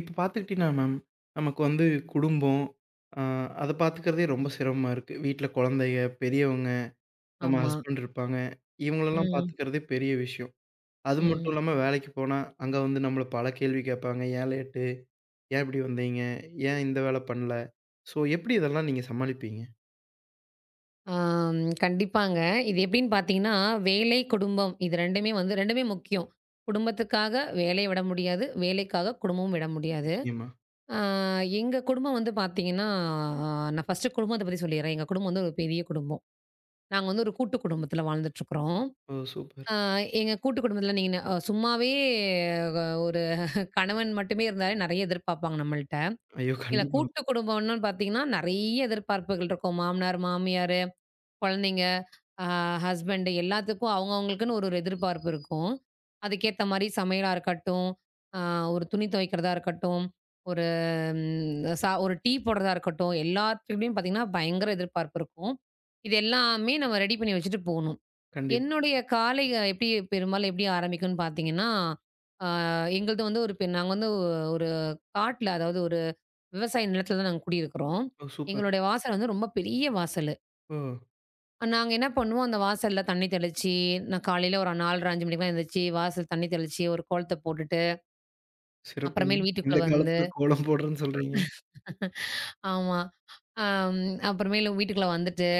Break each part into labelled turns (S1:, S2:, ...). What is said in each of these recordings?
S1: இப்ப பார்த்துக்கிட்டீங்கன்னா மேம், நமக்கு வந்து குடும்பம், அ அத பார்த்துக்கிறதே ரொம்ப சிரமமா இருக்கு. வீட்ல குழந்தைக, பெரியவங்க, நம்ம
S2: ஆமா.
S1: ஹஸ்பண்ட் இருப்பாங்க. இவங்களெல்லாம்
S2: ம்.
S1: பார்த்துக்கிறதே பெரிய விஷயம். அது மட்டும்
S2: ம்.
S1: இல்லாம வேலைக்கு போனா, அங்க வந்து நம்மள பல கேள்வி கேட்பாங்க. "ஏன் லேட்டு? ஏன் இப்படி வந்தீங்க? ஏன் இந்த வேலை பண்ணல?" ஸோ எப்படி இதெல்லாம் நீங்க சமாளிப்பீங்க?
S2: ஆம், கண்டிப்பாங்க. இது எப்படின்னு பார்த்தீங்கன்னா, வேலை, குடும்பம் இது 2மே வந்து 2மே முக்கியம். குடும்பத்துக்காக வேலைய விட முடியாது. வேலைக்காக குடும்பமும் விட முடியாது.
S1: நிச்சயமா.
S2: ஆ எங்க குடும்பம் வந்து பார்த்தீங்கன்னா, ஆ நான் ஃபர்ஸ்ட்டு குடும்பத்த பத்தி சொல்லிர்றேன். எங்க குடும்பம் வந்து ஒரு பெரிய குடும்பம். நாங்க வந்து ஒரு கூட்டு குடும்பத்துல வாழ்ந்துட்டுருக்குறோம்.
S1: ஓ! சூப்பர்.
S2: ஆ எங்க கூட்டு குடும்பத்துல நீங்க ந- அ சும்மாவே ஒரு கணவன் மட்டுமே இருந்தாலே நெறைய எதிர்பார்ப்பாங்க நம்மள்ட்ட.
S1: ஐயோ!
S2: இதுல
S1: கண்டிப்பா,
S2: கூட்டு குடும்பம்னு பார்த்தீங்கன்னா, நெறைய எதிர்பார்ப்புகள் இருக்கும். மாமனார், மாமியார், குழந்தைங்க, அ ஹஸ்பண்ட் எல்லாத்துக்கும் அவங்கவங்களுக்குன்னு ஒரு ஒரு எதிர்பார்ப்பு இருக்கும். அதுக்கேத்த மாரி சமையலா இருக்கட்டும், அ ஒரு துணி துவைக்கிறதா இருக்கட்டும், ஒரு ம் ச ஒரு டீ போடுறதா இருக்கட்டும், எல்லாத்துலயும் பார்த்தீங்கன்னா, பயங்கர எதிர்பார்ப்பு இருக்கும். இது எல்லாமே நம்ம ரெடி பண்ணி வச்சுட்டு போணும்.
S1: கண்டிப்பா.
S2: என்னுடைய காலை எப்படி பெரும்பாலும் எப்படி ஆரம்பிக்கும்ன்னு பார்த்தீங்கன்னா, அ எங்களது வந்து ஒரு பெ நாங்க வந்து ஒரு காட்ல, அதாவது ஒரு விவசாய நிலத்துல தான் நாங்க குடியிருக்கிறோம்.
S1: ஓ! சூப்பர்.
S2: எங்களுடைய வாசல் வந்து ரொம்ப பெரிய வாசலு.
S1: ஓ!
S2: நாங்க என்ன பண்ணுவோம், அந்த வாசல்ல தண்ணி தெளிச்சு, நான் காலையில ஒரு 4:30, 5 மணிக்கெல்லாம் எந்திரிச்சு, வாசல் தண்ணி தெளிச்சு, ஒரு கோலத்த போட்டுட்டு,
S1: சிறப்புங்க.
S2: அப்புறமேல்
S1: இந்த
S2: வீட்டுக்குள்ள வந்து
S1: காலத்துல கோலம் போடுறேன்னு சொல்றீங்க.
S2: ஆமா. அம் அப்புறமேலு வீட்டுக்குள்ள வந்துட்டு,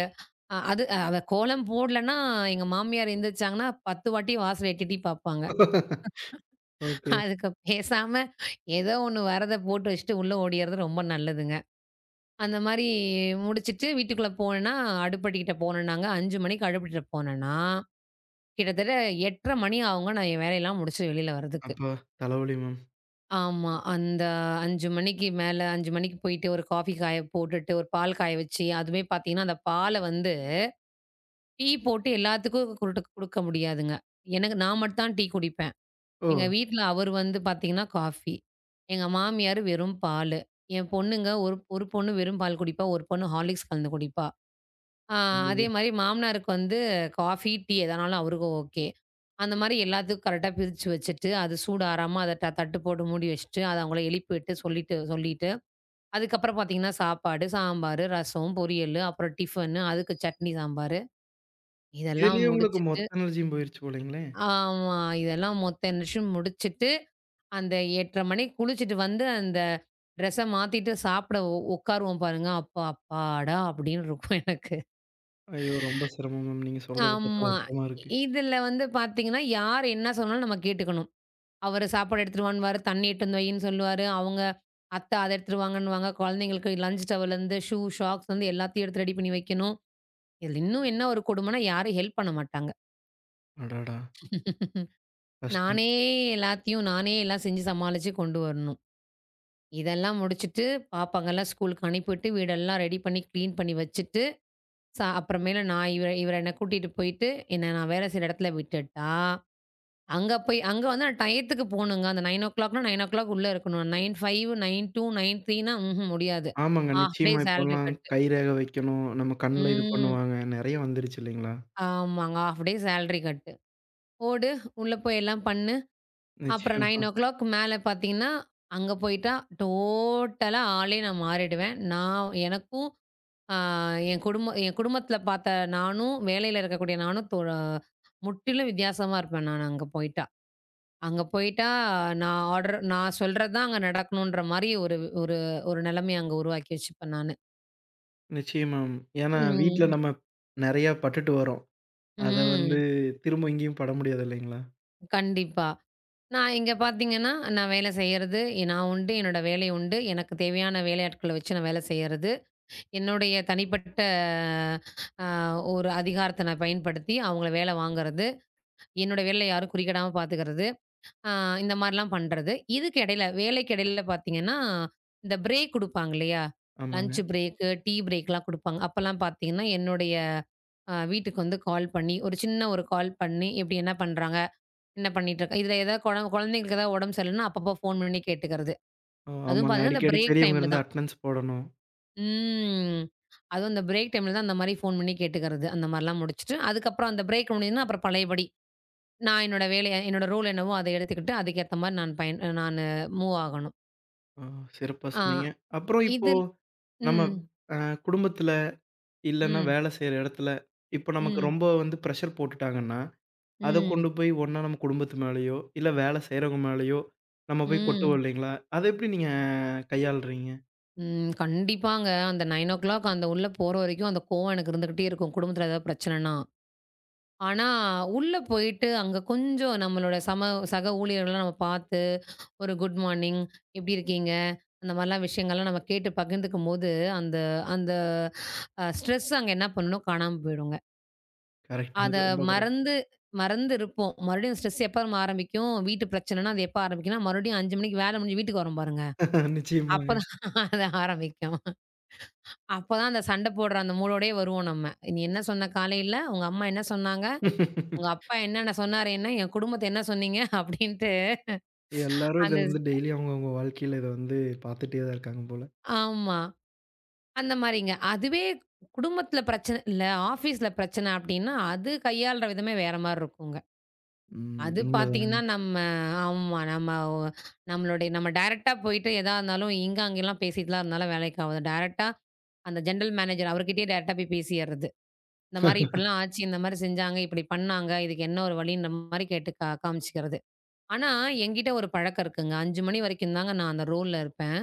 S2: அவ கோலம் போடலன்னா, எங்க மாமியார் எந்திரிச்சாங்கன்னா, 10 வாட்டி வாசல் எட்டி எட்டி பார்ப்பாங்க.
S1: ஓகே.
S2: அதுக்கு பேசாம ஏதோ ஒண்ணு வரத போட்டு வச்சுட்டு உள்ள ஓடியறது ரொம்ப நல்லதுங்க. அந்த மாரி முடிச்சுட்டு வீட்டுக்குள்ள போனேன்னா, அடுப்படிக்கிட்ட போனேன்னாங்க, 5 மணிக்கு அடுப்படிட்ட போனேன்னா கிட்டத்தட்ட 8:30 மணி ஆகுங்க நான் என் வேலையெல்லாம் முடிச்சு வெளியில வர்றதுக்கு.
S1: அப்பா! தலைவலி மேம்.
S2: ஆமா. அந்த 5 மணிக்கு மேல 5 மணிக்கு போயிட்டு ஒரு காஃபி காய போட்டுட்டு, ஒரு பால் காய வச்சு, அதுவுமே பார்த்தீங்கன்னா, அந்த பால வந்து டீ போட்டு எல்லாத்துக்கும் குருட்டு குடுக்க முடியாதுங்க. எனக்கு நான் மட்டும் தான் டீ குடிப்பேன்.
S1: ஓ!
S2: எங்க வீட்ல அவரு வந்து பார்த்தீங்கன்னா காஃபி. எங்க மாமியாரு வெறும் பாலு. என் பொண்ணுங்க ஒரு ஒரு பொண்ணு வெறும் பால் குடிப்பா. ஒரு பொண்ணு ஹார்லிக்ஸ் கலந்து குடிப்பா. ஆ
S1: ஐயய்யோ!
S2: அதே மாரி மாமனாருக்கு வந்து காஃபி, டீ எதனாலும் அவருக்கும் ஓகே. அந்த மாரி எல்லாத்துக்கும் கரெக்ட்டா பிரிச்சு வச்சுட்டு, அது சூடாறாம அத தட்டு போட்டு மூடி வச்சுட்டு, அத அவங்கள எழுப்பிவிட்டு சொல்லிட்டு சொல்லிட்டு, அதுக்கப்புறம் பார்த்தீங்கன்னா, சாப்பாடு, சாம்பாரு, ரசம், பொரியலு, அப்புறம் டிஃபனு, அதுக்கு சட்னி, சாம்பாரு இதெல்லாம்
S1: இதுலயே உங்களுக்கு
S2: முடிச்சுட்டு
S1: மொத்த எனர்ஜியும் போயிருச்சு போலங்களே!
S2: ஆமா. இதெல்லாம் மொத்த நிகழ்ச்சியும் முடிச்சுட்டு, அந்த 8:30 மணிக்கு குளிச்சுட்டு வந்து, அந்த ட்ரெஸ்ஸ மாத்திட்டு சாப்பிட உட்காருவோம் பாருங்க. அப்பா அப்பாடா! அப்படின்னு இருக்கும் எனக்கு.
S1: ஐயோ! ரொம்ப சிரமம் மேம். நீங்க சொல்றத பார்த்தா
S2: ஆமா.
S1: வருத்தமா இருக்கு.
S2: இதுல வந்து பாத்தீங்கன்னா, யார் என்ன சொன்னாலும் நம்ம கேட்டுக்கணும். அவரு சாப்பாடு எடுத்துட்டு வான்னுவாரு, தண்ணி எடுத்துட்டு வந்து வைன்னு சொல்லுவாரு. அவங்க அத்தை அத எடுத்துட்டு வாங்கன்னுவாங்க. குழந்தைங்களுக்கு லஞ்ச் டவல்லேருந்து ஷூ, ஷாக்ஸ்லேருந்து எல்லாத்தையும் எடுத்து ரெடி பண்ணி வைக்கணும். இதுல இன்னும் என்ன ஒரு கொடுமைன்னா, யாரும் ஹெல்ப் பண்ண மாட்டாங்க.
S1: அடடா! கஷ்டம்.
S2: நானே எல்லாத்தையும், நானே எல்லாம் செஞ்சு சமாளிச்சு கொண்டு வரணும். இதெல்லாம் முடிச்சுட்டு, பாப்பாங்கலாம் ஸ்கூலுக்கு அனுப்பிவிட்டு, வீடெல்லாம் ரெடி பண்ணி கிளீன் பண்ணி வச்சுட்டு, அப்புறமேல நான் இவர இவர என்ன கூட்டிட்டு போயிட்டு, என்ன நான் வேலை செய்ற இடத்துல விட்டுட்டா அங்க போய் அங்க வந்து நான் டயத்துக்கு போணுங்க. அந்த 9:00னா 9:00 உள்ள இருக்கணும். 9:05, 9:02, 9:03ன்னா முடியாது.
S1: ஆமாங்க.
S2: ஹால்ஃப் டே
S1: நிச்சயமா
S2: சேலரி
S1: இப்போலாம்
S2: கட்டு.
S1: கைரேகை வைக்கணும். நம்ம கண்ல இது
S2: ம்.
S1: பண்ணுவாங்க. நெறைய வந்துருச்சு இல்லைங்களா?
S2: ஆமாங்க. Half day salary cut. போடு, உள்ள போய் எல்லாம் பண்ணு. அப்புறம்
S1: நிச்சயமா,
S2: 9:00 மேல பார்த்தீங்கன்னா, அங்க போயிட்டா டோட்டலா ஆளே நான் மாறிடுவேன். நான் எனக்கும் அ என் குடும்பத்தில பார்த்த நானும், வேலையில இருக்கக்கூடிய நானும் முற்றிலும் வித்தியாசமா இருப்பேன் நான் அங்க போயிட்டா. அங்க போயிட்டா, நான் சொல்றது தான் அங்க நடக்கணுன்ற மாரி ஒரு ஒரு ஒரு நிலைமைய அங்க உருவாக்கி வச்சுப்பேன் நானு.
S1: நிச்சயமா. ஏன்னா வீட்ல
S2: ம்.
S1: நம்ம நெறையா பட்டுட்டு வரோம். அத வந்து
S2: ம்.
S1: திரும்ப எங்கேயும் பட முடியாது இல்லைங்களா?
S2: கண்டிப்பா. நான் இங்க பார்த்தீங்கன்னா, நான் வேலை செய்யறது நான் உண்டு, என்னோட வேலை உண்டு. எனக்கு தேவையான வேலையாட்கள வச்சு நான் வேலை செய்யறது. என்னுடைய தனிப்பட்ட அ ஒரு அதிகாரத்த நான் பயன்படுத்தி அவங்கள வேல வாங்குறது. என்னோட வேலையில யாரும் குறுக்கிடாம பார்த்துக்கிறது. ஆ இந்த மாரிலாம் பண்றது. இதுக்கு இடையில வேலைக்கு இடையில பார்த்தீங்கன்னா, இந்த பிரேக் குடுப்பாங்க இல்லையா?
S1: ஆமாங்க.
S2: லஞ்ச் பிரேக்கு, டீ பிரேக்லாம் குடுப்பாங்க. அப்பலாம் பார்த்தீங்கன்னா, என்னுடைய வீட்டுக்கு வந்து கால் பண்ணி, ஒரு கால் பண்ணி, "இப்டி என்ன பண்றாங்க? என்ன பண்ணிட்டுருக்க?" இதுல ஏதாவது குழந்தைங்களுக்கு ஏதாவது உடம்பு சரியில்லன்னா, அப்பப்போ ஃபோன் பண்ணி கேட்டுக்கிறது.
S1: ஓ!
S2: அதுவும்
S1: ஆமாங்க.
S2: பார்த்தீங்கன்னா, இந்த
S1: அடிக்கடி
S2: பிரேக்
S1: பெரியவங்க
S2: டைம்ல
S1: இருந்தா
S2: தான்.
S1: அட்டெண்டன்ஸ் போடணும்.
S2: ம். அதுவும் இந்த பிரேக் டைம்ல தான் அந்த மாரி ஃபோன் பண்ணி கேட்டுக்கிறது. அந்த மாரிலாம் முடிச்சுட்டு, அதுக்கப்புறம் அந்த பிரேக் முடிஞ்சதுன்னா, அப்புறம் பழையபடி நான் என்னோட வேலைய என்னோட ரோல் என்னவோ, அத எடுத்துக்கிட்டு, அதுக்கேத்த மாரி நான் பயன் நானு மூவ் ஆகணும்.
S1: ஓ! சிறப்பா
S2: ஆ
S1: சொன்னீங்க. அப்புறம் இப்போ
S2: இதில்
S1: நம்ம
S2: ம்,
S1: அ குடும்பத்தில இல்லன்னா
S2: ம்,
S1: வேலை செய்ற இடத்துல, இப்ப நமக்கு
S2: ம்,
S1: ரொம்ப வந்து பிரஷர் போட்டுட்டாங்கன்னா, அத
S2: ம்,
S1: கொண்டு போய் ஒண்ணா நம்ம குடும்பத்து மேலயோ, இல்ல வேலை செய்றவங்க மேலயோ நம்ம போய் கொட்டுவோம்
S2: ம்,
S1: இல்லைங்களா? அத எப்படி நீங்க கையாளுறீங்க?
S2: ம். கண்டிப்பாங்க. அந்த 9:00 அந்த உள்ள போற வரைக்கும் அந்த கோவம் எனக்கு இருந்துகிட்டே இருக்கும். குடும்பத்தில ஏதாவது பிரச்சனைன்னா. ஆனா, உள்ள போயிட்டு அங்க கொஞ்சம் நம்மளோட சக ஊழியர்கள்லாம் நம்ம பார்த்து, ஒரு குட் மார்னிங், எப்படி இருக்கீங்க? அந்த மாரிலாம் விஷயங்கள்லாம் நம்ம கேட்டு பகிர்ந்துக்கும்போது, அந்த அந்த அ ஸ்ட்ரெஸ் அங்க என்ன பண்ணும்னா காணாம போயிடுங்க.
S1: கரெக்ட்.
S2: அத
S1: ரொம்ப கரெக்ட்.
S2: மறந்து மறந்து இருப்போம். மறுபடியும் ஸ்ட்ரெஸ் எப்ப நம்ம ஆரம்பிக்கும்? வீட்டு பிரச்சனைன்னா, அது எப்ப ஆரம்பிக்கும்ன்னா, மறுபடியும் 5 மணிக்கு வேலை முடிஞ்சு வீட்டுக்கு வரோம் பாருங்க.
S1: நிச்சயமாங்க.
S2: அப்பதான் அது ஆரம்பிக்கும். அப்பதான் அந்த சண்டை போடுற அந்த மூடோடயே வருவோம் நம்ம. "நீ என்ன சொன்ன காலையில? உங்க அம்மா என்ன சொன்னாங்க? உங்க அப்பா என்னென்ன சொன்னாரு என்ன? என் குடும்பத்த என்ன சொன்னீங்க?" அப்படின்ட்டு
S1: எல்லாரும் இத
S2: அந்த
S1: வந்து டெய்லி அவங்கவங்க வாழ்க்கையில இத வந்து பார்த்துட்டே தான் இருக்காங்க போல.
S2: ஆமா. அந்த மாரிங்க. அதுவே குடும்பத்தில பிரச்சனை இல்ல, ஆஃபீஸ்ல பிரச்சனை அப்படின்னா, அது கையாள்ற விதமே வேற மாரி இருக்குங்க.
S1: ம்.
S2: அது பார்த்தீங்கன்னா,
S1: உண்மதாங்க.
S2: நம்ம ஆமா. நம்ம ஒ நம்மளுடைய நம்ம டைரக்ட்டா போயிட்டு எதா இருந்தாலும் இங்க, அங்கலாம் பேசிட்டுலாம் இருந்தாலும் வேலைக்கு ஆவாது. டைரக்ட்டா அந்த ஜெனரல் மேனேஜர் அவர்கிட்டயே டைரக்ட்டா போய் பேசிர்றது. இந்த மாரி இப்படிலாம் ஆச்சு, இந்த மாரி செஞ்சாங்க, இப்படி பண்ணாங்க, இதுக்கு என்ன ஒரு வழின்ற மாரி கேட்டு காமிச்சுக்கிறது. ஆனா, என்கிட்ட ஒரு பழக்கம் இருக்குங்க. 5 மணி வரைக்கும் தாங்க நான் அந்த ரோல்ல இருப்பேன்.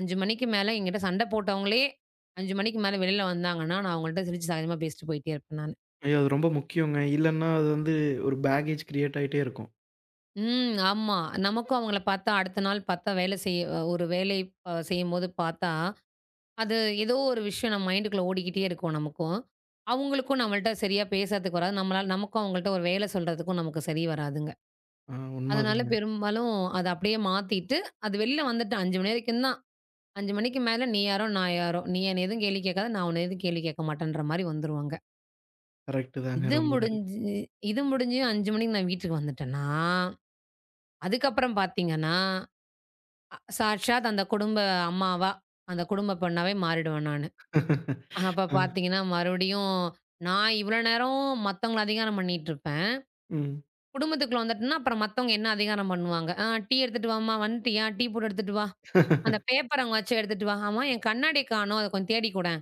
S2: 5 மணிக்கு மேல என்கிட்ட சண்ட போட்டவங்களே 5 மணிக்கு மேல வெளில வந்தாங்கன்னா, நான் அவங்கள்ட்ட சிரிச்சு சகஜமா பேசிட்டு போயிட்டே இருப்பேன் நான்.
S1: ஐயோ! அது ரொம்ப முக்கியங்க. இல்லன்னா அது வந்து ஒரு பேக்கேஜ் கிரியேட் ஆயிட்டே இருக்கும்.
S2: ம். ஆமா. நமக்கும் அவங்கள பார்த்தா, அடுத்த நாள் பார்த்தா வேலை செய்ய ஒரு வேலை அ செய்யும்போது பார்த்தா, அது ஏதோ ஒரு விஷயம் நம்ம மைண்டுக்குள்ள ஓடிக்கிட்டே இருக்கும் நமக்கும். அவங்களுக்கும் நம்மள்ட்ட சரியா பேசுறதுக்கு வராது. நம்மளால நமக்கும் அவங்கள்ட்ட ஒரு வேலை சொல்றதுக்கும் நமக்கு சரி வராதுங்க.
S1: ஆ
S2: அதனால
S1: உண்மதாங்க.
S2: பெரும்பாலும் அத அப்படியே மாத்திட்டு, அது வெளில வந்துட்டு 5 மணி வரைக்கும் தான். 5 மணிக்கு மேல நீ யாரோ, நான் யாரோ. நீ என்ன எதுவும் கேள்வி கேட்காத, நான் உன்ன எதுவும் கேள்வி கேட்க மாட்டேன்ற மாரி வந்துருவாங்க.
S1: கரெக்ட் தாங்க.
S2: இது
S1: ரொம்ப கரெக்ட்.
S2: முடிஞ்சு இது முடிஞ்சு 5 மணிக்கு நான் வீட்டுக்கு வந்துட்டேன்னா, அதுக்கப்புறம் பார்த்தீங்கன்னா சாட்சாத் அந்த குடும்ப அம்மாவா, அந்த குடும்ப பெண்ணாவே மாறிடுவேன் நானு. அப்ப
S1: ம்.
S2: பார்த்தீங்கன்னா, மறுபடியும் நான் இவ்வளோ நேரம் மத்தவங்கள அதிகாரம் பண்ணிட்டுருப்பேன்.
S1: ம்.
S2: குடும்பத்துக்குள்ள வந்துட்டேன்னா, அப்புறம் மத்தவங்க என்ன அதிகாரம் பண்ணுவாங்க? "ஆ டீ எடுத்துட்டு வாம்மா, வந்துட்டியா? டீ போட்டு எடுத்துட்டு வா. அந்த பேப்பர் அங்க வச்சு எடுத்துட்டு வா. ஆமா என் கண்ணாடிய காணோம். அத கொஞ்சம் தேடி கூடேன்.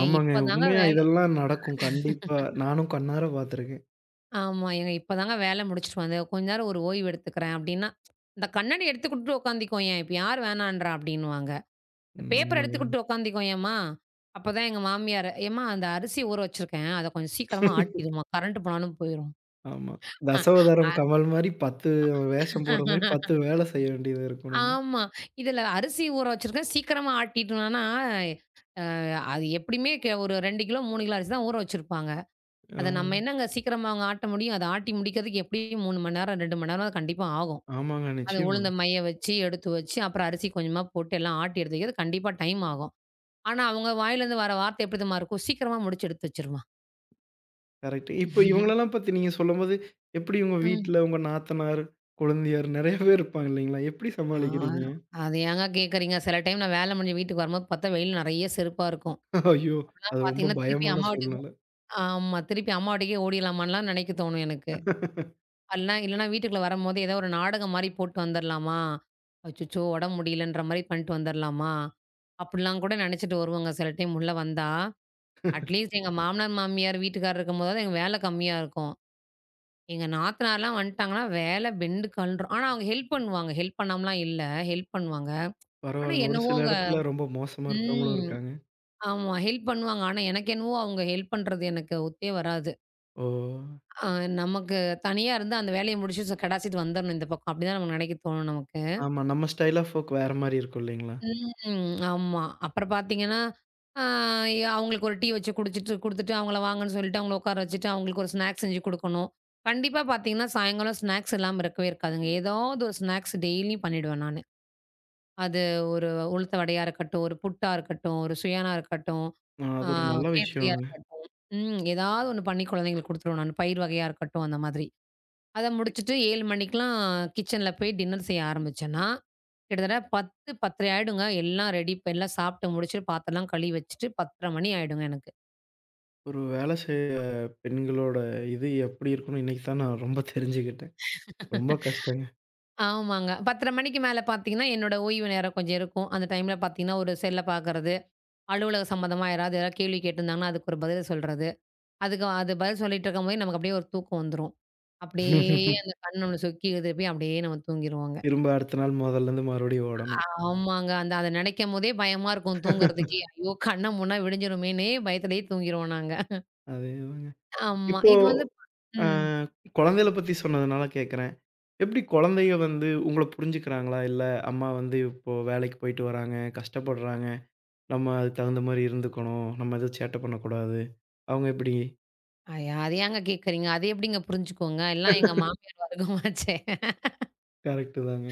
S2: ஏன்
S1: ஆமாங்க.
S2: இப்பதாங்க
S1: உண்மையா
S2: வேலை?"
S1: இதெல்லாம் நடக்கும் கண்டிப்பா. நானும் கண்ணார பார்த்துருக்கேன்.
S2: ஆமா. "ஏங்க இப்பதாங்க வேலை முடிச்சுட்டு வந்தேன். கொஞ்ச நேரம் ஒரு ஓய்வு எடுத்துக்கிறேன்" அப்படின்னா, "அந்த கண்ணாடி எடுத்து குடுத்துட்டு உட்காந்துக்கோயேன். இப்ப யார் வேணான்றா?" அப்படின்னுவாங்க.
S1: ம்
S2: பேப்பர்
S1: உண்மதாங்க.
S2: எடுத்துக்கிட்டு உட்காந்துக்கோயேம்மா, அப்பதான் எங்க மாமியாரு, "ஏம்மா அந்த அரிசி ஊற வச்சிருக்கேன். அத கொஞ்சம் சீக்கிரமா ஆட்டிடும்மா. கரண்ட் போனாலும் போயிரும்."
S1: ஆமா.
S2: அ
S1: தசாவதாரம் கமல் மாரி 10 வேஷம் போடுற மாரி 10 வேலை செய்ய வேண்டியது இருக்கும் நம்ம.
S2: ஆமா. இதுல அரிசி ஊற வச்சிருக்கேன். சீக்கிரமா ஆட்டிட்டோம்னா, அது எப்படியுமே ஒரு 2 கிலோ, 3 கிலோ அரிசி தான் ஊற வச்சிருப்பாங்க. அத நம்ம
S1: ஆ.
S2: என்னங்க சீக்கிரமா அவங்க ஆட்ட முடியும்? அத ஆட்டி முடிக்கிறதுக்கு எப்படியும் 3 மணி நேரம், 2 மணி நேரம் அது கண்டிப்பா ஆகும்.
S1: ஆமாங்க.
S2: அது
S1: நிச்சயமா.
S2: உளுந்த மைய வச்சு, எடுத்து வச்சு, அப்புறம் அரிசி கொஞ்சமா போட்டு எல்லாம் ஆட்டி எடுத்துக்கிறது கண்டிப்பா டைம் ஆகும். ஆனா அவங்க வாயிலேருந்து வர வார்த்தை எப்படி தெரியுமா இருக்கும்? "சீக்கிரமா முடிச்சு எடுத்து வச்சுருமா."
S1: கரெக்ட். இப்ப இவங்களெல்லாம் பத்தி நீங்க சொல்லும்போது, எப்படி உங்க
S2: ம்.
S1: வீட்ல உங்க நாத்தனார், கொழுந்தியார் நெறைய பேர் இருப்பாங்க இல்லைங்களா? எப்படி
S2: ஆ,
S1: சமாளிக்கிறீங்க?
S2: அது ஏங்க கேட்குறீங்க? சில டைம் நான் வேலை முடிஞ்சு வீட்டுக்கு வரும்போது பார்த்தா வெயில் நெறைய செருப்பா இருக்கும்.
S1: ஐயோ! அது
S2: அப்பலாம்
S1: ரொம்ப
S2: பார்த்தீங்கன்னா, திருப்பி
S1: பயமான
S2: அம்மா வீட்டுக்கு
S1: சூழ்நிலை.
S2: ஆமா. திருப்பி அம்மா வீட்டுக்கே ஓடிடலாமான்லாம் நெனைக்க தோணும் எனக்கு. அல்லனா இல்லன்னா வீட்டுக்குள்ள வரும்போது ஏதோ ஒரு நாடகம் மாரி போட்டு வந்துரலாமா? அச்சச்சோ! உடம்பு முடியலன்ற மாரி பண்ணிட்டு வந்துரலாமா? அப்படிலாம் கூட நெனைச்சிட்டு வருவோங்க சில டைம் உள்ள வந்தா. அட்லீஸ்ட் எங்க மாமனார், மாமியார் வீட்டுக்காரர் இருக்கும்போதாவது எங்க வேலை கம்மியா இருக்கும். எங்க நாத்தனார்லாம் வந்துட்டாங்கன்னா, வேலை பெண்டு கழன்றும். ஆனா அவங்க ஹெல்ப் பண்ணுவாங்க. ஹெல்ப் பண்ணாமலாம் இல்ல. ஹெல்ப் பண்ணுவாங்க. ஆனா
S1: பரவாயில்லங்க. ஒரு சில
S2: என்னவோங்க.
S1: இடத்துல ரொம்ப மோசமா இருக்கிறவங்களும்
S2: ம்.
S1: இருக்காங்க.
S2: ஆமா. ஹெல்ப் பண்ணுவாங்க. ஆனா, எனக்கு என்னவோ அவங்க ஹெல்ப் பண்றது எனக்கு ஒத்தே வராது.
S1: ஓ!
S2: அ நமக்கு தனியா இருந்தா அந்த வேலைய முடிச்சு கடாசிட்டு வந்துரணும் இந்த பக்கம். அப்டிதான் நமக்கு நெனைக்க தோணும் நமக்கு.
S1: ஆமா. நம்ம ஸ்டைல் ஆஃப் ஒர்க் வேற மாரி இருக்கும் இல்லைங்களா?
S2: ம். ஆமா. அப்புறம் பார்த்தீங்கன்னா, அ ய அவங்களுக்கு ஒரு டீ வச்சு குடிச்சிட்டு குடுத்துட்டு அவங்கள வாங்கன்னு சொல்லிட்டு அவங்கள உட்கார வச்சுட்டு அவங்களுக்கு ஒரு ஸ்நாக்ஸ் செஞ்சு குடுக்கணும். கண்டிப்பா பார்த்தீங்கன்னா, சாயங்காலம் ஸ்நாக்ஸ் இல்லாம இருக்கவே இருக்காதுங்க. ஏதாவது ஒரு ஸ்நாக்ஸ் டெய்லியும் பண்ணிடுவேன் நானு. அது ஒரு உளுத்த வடையா இருக்கட்டும், ஒரு புட்டா இருக்கட்டும், ஒரு சுயானா இருக்கட்டும்,
S1: ஆ
S2: ஆ
S1: அது ஒரு நல்ல
S2: கேசரியா
S1: விஷயங்க.
S2: இருக்கட்டும். ம். ஏதாவது ஒண்ணு பண்ணி குழந்தைங்களுக்கு குடுத்துருவேன் நானு. பயிர் வகையா இருக்கட்டும் அந்த மாதிரி. அத முடிச்சுட்டு 7 மணிக்கெல்லாம் கிச்சன்ல போய் டின்னர் செய்ய ஆரம்பிச்சேன்னா, கிட்டத்தட்ட 10, 10:30 ஆயிடுங்க. எல்லாம் ரெடி ப எல்லாம் சாப்பிட்டு முடிச்சுட்டு பாத்திரம்லாம் கழுவி வச்சுட்டு 10:30 மணி ஆயிடுங்க எனக்கு.
S1: ஒரு வேலை செய்ற பெண்களோட இது எப்படி இருக்கும்னு இன்னைக்கு தான் நான் ரொம்ப தெரிஞ்சுக்கிட்டேன். ரொம்ப கஷ்டங்க.
S2: ஆமாங்க. 10:30 மணிக்கு மேல பாத்தீங்கன்னா, என்னோட ஓய்வு நேரம் கொஞ்சம் இருக்கும். அந்த டைம்ல பாத்தீங்கன்னா, ஒரு செல்ல பாக்குறது, அலுவலகம் சம்மந்தமா யாராவது யாராவது கேள்வி கேட்டிருந்தாங்கன்னா, அதுக்கு ஒரு பதில் சொல்றது. அதுக்கு அது பதில் சொல்லிட்டு இருக்கும்போதே நமக்கு அப்படியே ஒரு தூக்கம் வந்துரும். அப்படியே அந்த கண் நம்மள சொக்கி எழுப்பி அப்படியே நம்ம தூங்கிருவோங்க.
S1: திரும்ப அடுத்த நாள் மொதல்லருந்து மறுபடியும் ஓடணும்.
S2: ஆமாங்க. அத நினைக்கும்போதே பயமா இருக்கும் தூங்குறதுக்கே. ஐயோ! கண்ண மூடுனா விடிஞ்சிருமேன்னே பயத்திலேயே தூங்கிருவோம் நாங்க.
S1: அதேதாங்க.
S2: ஆமா.
S1: இப்போ
S2: இது வந்து
S1: அ
S2: ம்.
S1: குழந்தைகள பத்தி சொன்னதுனால கேட்கிறேன். எப்படி குழந்தைக வந்து உங்கள புரிஞ்சுக்கிறாங்களா? இல்ல அம்மா வந்து இப்போ வேலைக்கு போயிட்டு வராங்க, கஷ்டப்படுறாங்க. நம்ம அதுக்கு தகுந்த மாரி இருந்துக்கணும். நம்ம எதுவும் சேட்டை பண்ணக்கூடாது. அவங்க எப்படி?
S2: அத ஏங்க கேட்கறீங்க? அது எப்படிங்க புரிஞ்சுக்குங்க? எல்லாம் எங்க மாமியார் வர்க்கமாச்சே.
S1: கரெக்ட்டு தாங்க.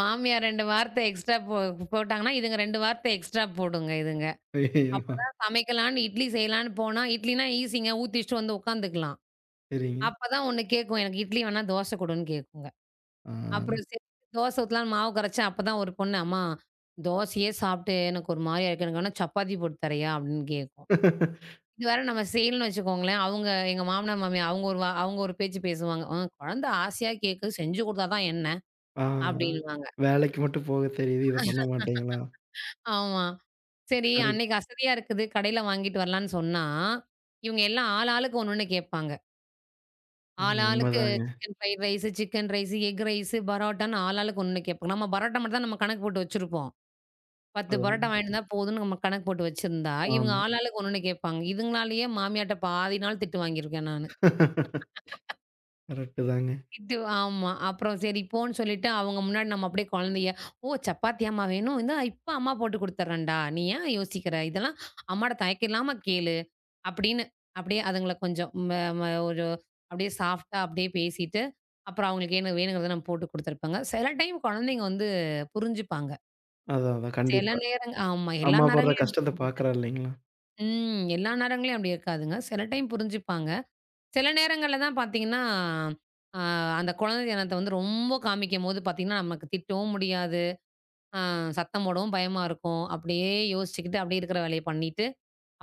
S2: மாமியார் 2 வார்த்தை எக்ஸ்ட்ரா போட்டாங்கன்னா, இதுங்க 2 வார்த்தை எக்ஸ்ட்ரா போடுங்க இதுங்க.
S1: ஐயோ!
S2: அப்பதான் சமைக்கலான்னு இட்லி செய்யலான்னு போனா, இட்லினா ஈஸிங்க ஊத்தி வச்சுட்டு வந்து உட்காந்துக்கலாம்.
S1: சரிங்க.
S2: அப்பதான் ஒண்ணு கேக்கும். எனக்கு இட்லி வேணா தோசை குடுன்னு கேக்குங்க. அப்புறம் சரி தோசை ஊத்தலான்னு மாவு கரைச்சேன். அப்பதான் ஒரு பொண்ணு, "அம்மா தோசையே சாப்பிட்டு எனக்கு ஒரு மாரியா இருக்கு. எனக்கு வேணா சப்பாத்தி போட்டு தரியா?" அப்படின்னு கேக்கும்.
S1: ஆ.
S2: இது வேற நம்ம செய்யலன்னு வச்சுக்கோங்களேன், அவங்க எங்க மாமனார், மாமியார் அவங்க ஒரு பேச்சு பேசுவாங்க. குழந்த ஆசையா கேக்குது, செஞ்சு குடுத்தா தான் என்ன?"
S1: ஆ, ஆ.
S2: அப்படின்னுவாங்க.
S1: வேலைக்கு மட்டும் போக தெரியுது. இத பண்ண மாட்டீங்களா?
S2: ஆமா. சரி
S1: கரெக்ட்.
S2: அன்னைக்கு அசதியா இருக்குது, கடையில வாங்கிட்டு வரலான்னு சொன்னா, இவங்க எல்லாம் ஆள் ஆளுக்கு ஒண்ணு ஒண்ணு கேட்பாங்க.
S1: ம்.
S2: ஆளாளுக்கு
S1: உண்மதாங்க.
S2: Chicken fried rice, chicken rice, egg rice, பரோட்டான்னு ஆளாளுக்கு ஒண்ணு கேட்பாங்க. நம்ம பரோட்டா மட்டும் தான் நம்ம கணக்கு போட்டு வச்சிருப்போம். 10
S1: அதான்.
S2: பரோட்டா வாங்கிட்டு வந்தா போதும்ன்னு நம்ம கணக்கு போட்டு வச்சிருந்தா, இவங்க
S1: ஆமா.
S2: ஆளாளுக்கு ஒண்ணொண்ணு கேட்பாங்க. இதுங்களாலேயே மாமியார்ட்ட பாதி நாள் திட்டு வாங்கியிருக்கேன் நானு.
S1: கரெக்ட்டு தாங்க.
S2: இது ஆமா. அப்புறம் சரி போன்னு சொல்லிட்டு அவங்க முன்னாடி நம்ம அப்படியே குழந்தைய, "ஓ! சப்பாத்தியாம்மா வேணும்? இந்தா இப்ப அம்மா போட்டு குடுத்துர்றேன்டா. நீ ஏன் யோசிக்கிற? இதெல்லாம் அம்மாட்ட தயக்கம் இல்லாம கேளு." அப்படின்னு அப்படியே அதுங்கள கொஞ்சம் ம ம ஒரு அப்படியே சாஃப்ட்டா அப்படியே பேசிட்டு, அப்புறம் அவங்களுக்கு என்ன வேணுங்கிறத நம்ம போட்டு குடுத்துருப்பேங்க. சில டைம் குழந்தைங்க வந்து புரிஞ்சுப்பாங்க.
S1: அதான், அதான்.
S2: சில
S1: கண்டிப்பா.
S2: நேரங் ஆமா. எல்லா
S1: அம்மா படுற
S2: நேரங்களையும்
S1: கஷ்டத்த
S2: அப்படி இருக்க
S1: பார்க்குறா
S2: மாட்டாங்க.
S1: இல்லைங்களா?
S2: ம். எல்லா நேரங்களையும் அப்படி இருக்காதுங்க. சில டைம் புரிஞ்சுப்பாங்க. சில நேரங்கள்ல தான் பார்த்தீங்கன்னா, அ அந்த குழந்தை தினத்த வந்து ரொம்ப காமிக்கும்போது பார்த்தீங்கன்னா, நமக்கு திட்டவும் முடியாது. அ சத்தம் போடவும் பயமா இருக்கும். அப்படியே யோசிச்சுக்கிட்டு, அப்படியே இருக்கிற வேலைய பண்ணிட்டு,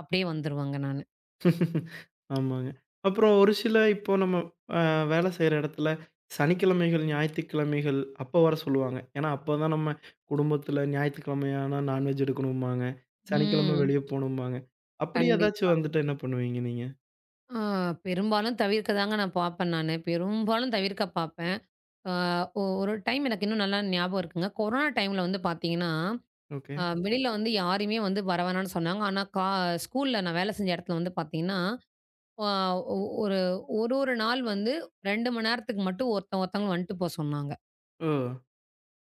S2: அப்படியே வந்துருவேங்க நானு.
S1: ஆமாங்க. அப்புறம் ஒரு சில இப்போ நம்ம அ வேலை செய்ற இடத்துல சனிக்கிழமைகள், ஞாயித்துக்கிழமைகள் அப்ப வர சொல்லுவாங்க. ஏன்னா, அப்பதான் நம்ம குடும்பத்துல ஞாயித்துக்கிழமையானா நான்வெஜ் எடுக்கணும்பாங்க. சனிக்கிழமை
S2: ம்.
S1: வெளிய போணும்பாங்க. அப்படி ஏதாச்சும்
S2: கண்டிப்பா.
S1: வந்துட்டா என்ன பண்ணுவீங்க நீங்க?
S2: ஆ பெரும்பாலும் தவிர்க்க தாங்க நான் பார்ப்பேன் நானு. பெரும்பாலும் தவிர்க்க பார்ப்பேன். அ ஒ ஒரு டைம் எனக்கு இன்னும் நல்லா ஞாபகம் இருக்குங்க. கொரோனா டைம்ல வந்து பார்த்தீங்கன்னா,
S1: ஓகே.
S2: வெளியில வந்து யாரையுமே வந்து வர வேணான்னு சொன்னாங்க. ஆனா ஸ்கூல்ல நான் வேலை செஞ்ச இடத்துல வந்து பார்த்தீங்கன்னா ஆ ஒ ஒரு ஒரு ஒரு நாள் வந்து 2 மணி நேரத்துக்கு மட்டும் ஒருத்தவங்க ஒருத்தவங்க வந்துட்டு போ சொன்னாங்க.
S1: ஓ!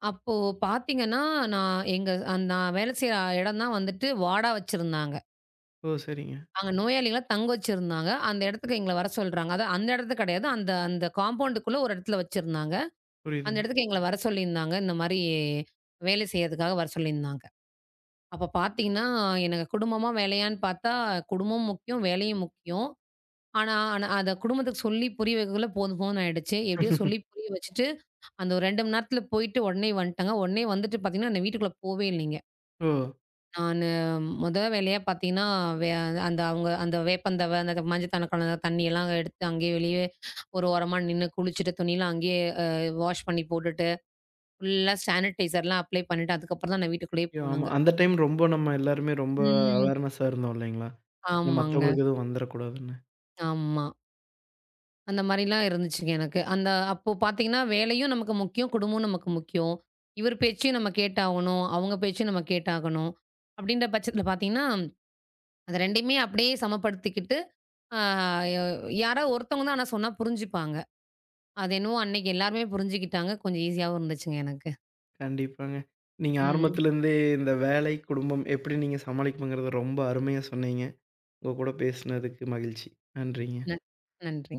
S2: அப்போ பார்த்தீங்கன்னா, நான் எங்க அந் நான் வேலை செய்ற இடம் தான் வந்துட்டு வார்டா வச்சிருந்தாங்க.
S1: ஓ! சரிங்க.
S2: அங்க நோயாளிகள தங்க வச்சிருந்தாங்க. அந்த இடத்துக்கு எங்கள வர சொல்றாங்க. அதான் அந்த இடத்து கிடையாது. அந்த அந்த காம்பவுண்டுக்குள்ள ஒரு இடத்துல வச்சிருந்தாங்க. அந்த
S1: புரியுதுங்க.
S2: இடத்துக்கு எங்கள வர சொல்லியிருந்தாங்க. இந்த மாரி வேலை செய்யறதுக்காக வர சொல்லியிருந்தாங்க. அப்ப பார்த்தீங்கன்னா, எனக்கு குடும்பமா வேலையான்னு பார்த்தா, குடும்பமும் முக்கியம், வேலையும் முக்கியம். ஆனா அத குடும்பத்துக்கு சொல்லி புரிய வைக்கக்குள்ள போதும் போதும்ன்னு ஆயிடுச்சு. எப்படியோ சொல்லி புரிய வச்சுட்டு, அந்த ஒரு 2 மணி நேரத்துல போயிட்டு உடனே வந்துட்டாங்க. உடனே வந்துட்டு பார்த்தீங்கன்னா, நான் வீட்டுக்குள்ள போவே இல்லைங்க.
S1: ஓ!
S2: நானு மொத வேலையா பார்த்தீங்கன்னா, வே அந்த அவங்க அந்த வேப்பந்தழை, அந்த மஞ்சள் கலந்த தண்ணியெல்லாம் எடுத்து அங்கேயே வெளியே ஒரு ஓரமா நின்னு குளிச்சுட்டு, துணியெல்லாம் அங்கேயே வாஷ் பண்ணி போட்டுட்டு, ஃபுல்லா சானிடைசர்லாம் அப்ளை பண்ணிட்டு, அதுக்கப்புறம் தான் நான் வீட்டுக்குள்ளேயே
S1: ஐயோ! ஆமா.
S2: போனேங்க.
S1: அந்த டைம் ரொம்ப நம்ம எல்லாருமே ரொம்ப
S2: ம்.
S1: அவேர்னஸா இருந்தோம் இல்லைங்களா? ஏன்னா
S2: ஆமாங்க.
S1: மத்தவங்களுக்கு எதுவும் வந்துறக்கூடாதுன்னு.
S2: ஆமா. அந்த மாரிலாம் இருந்துச்சுங்க எனக்கு. அந்த அப்போ பார்த்தீங்கன்னா, வேலையும் நமக்கு முக்கியம், குடும்பமும் நமக்கு முக்கியம். இவர் பேச்சையும் நம்ம கேட்டாகணும், அவங்க பேச்சையும் நம்ம கேட்டாகணும். அப்படின்ற பட்சத்தில பார்த்தீங்கன்னா, அது 2யுமே அப்படியே சமப்படுத்திக்கிட்டு, ஆ யாரோ ஒருத்தவங்க தான் ஆனா சொன்னா புரிஞ்சுப்பாங்க. அது என்னவோ அன்னைக்கு எல்லாருமே புரிஞ்சுக்கிட்டாங்க. கொஞ்சம் ஈஸியாவும் இருந்துச்சுங்க எனக்கு.
S1: கண்டிப்பாங்க. நீங்க
S2: ம்.
S1: ஆரம்பத்துலருந்தே இந்த வேலை, குடும்பம் எப்படி நீங்க சமாளிக்கணுங்கிறத ரொம்ப அருமையா சொன்னீங்க. உங்க கூட பேசினதுக்கு மகிழ்ச்சி. நன்றிங்க.
S2: ந நன்றி.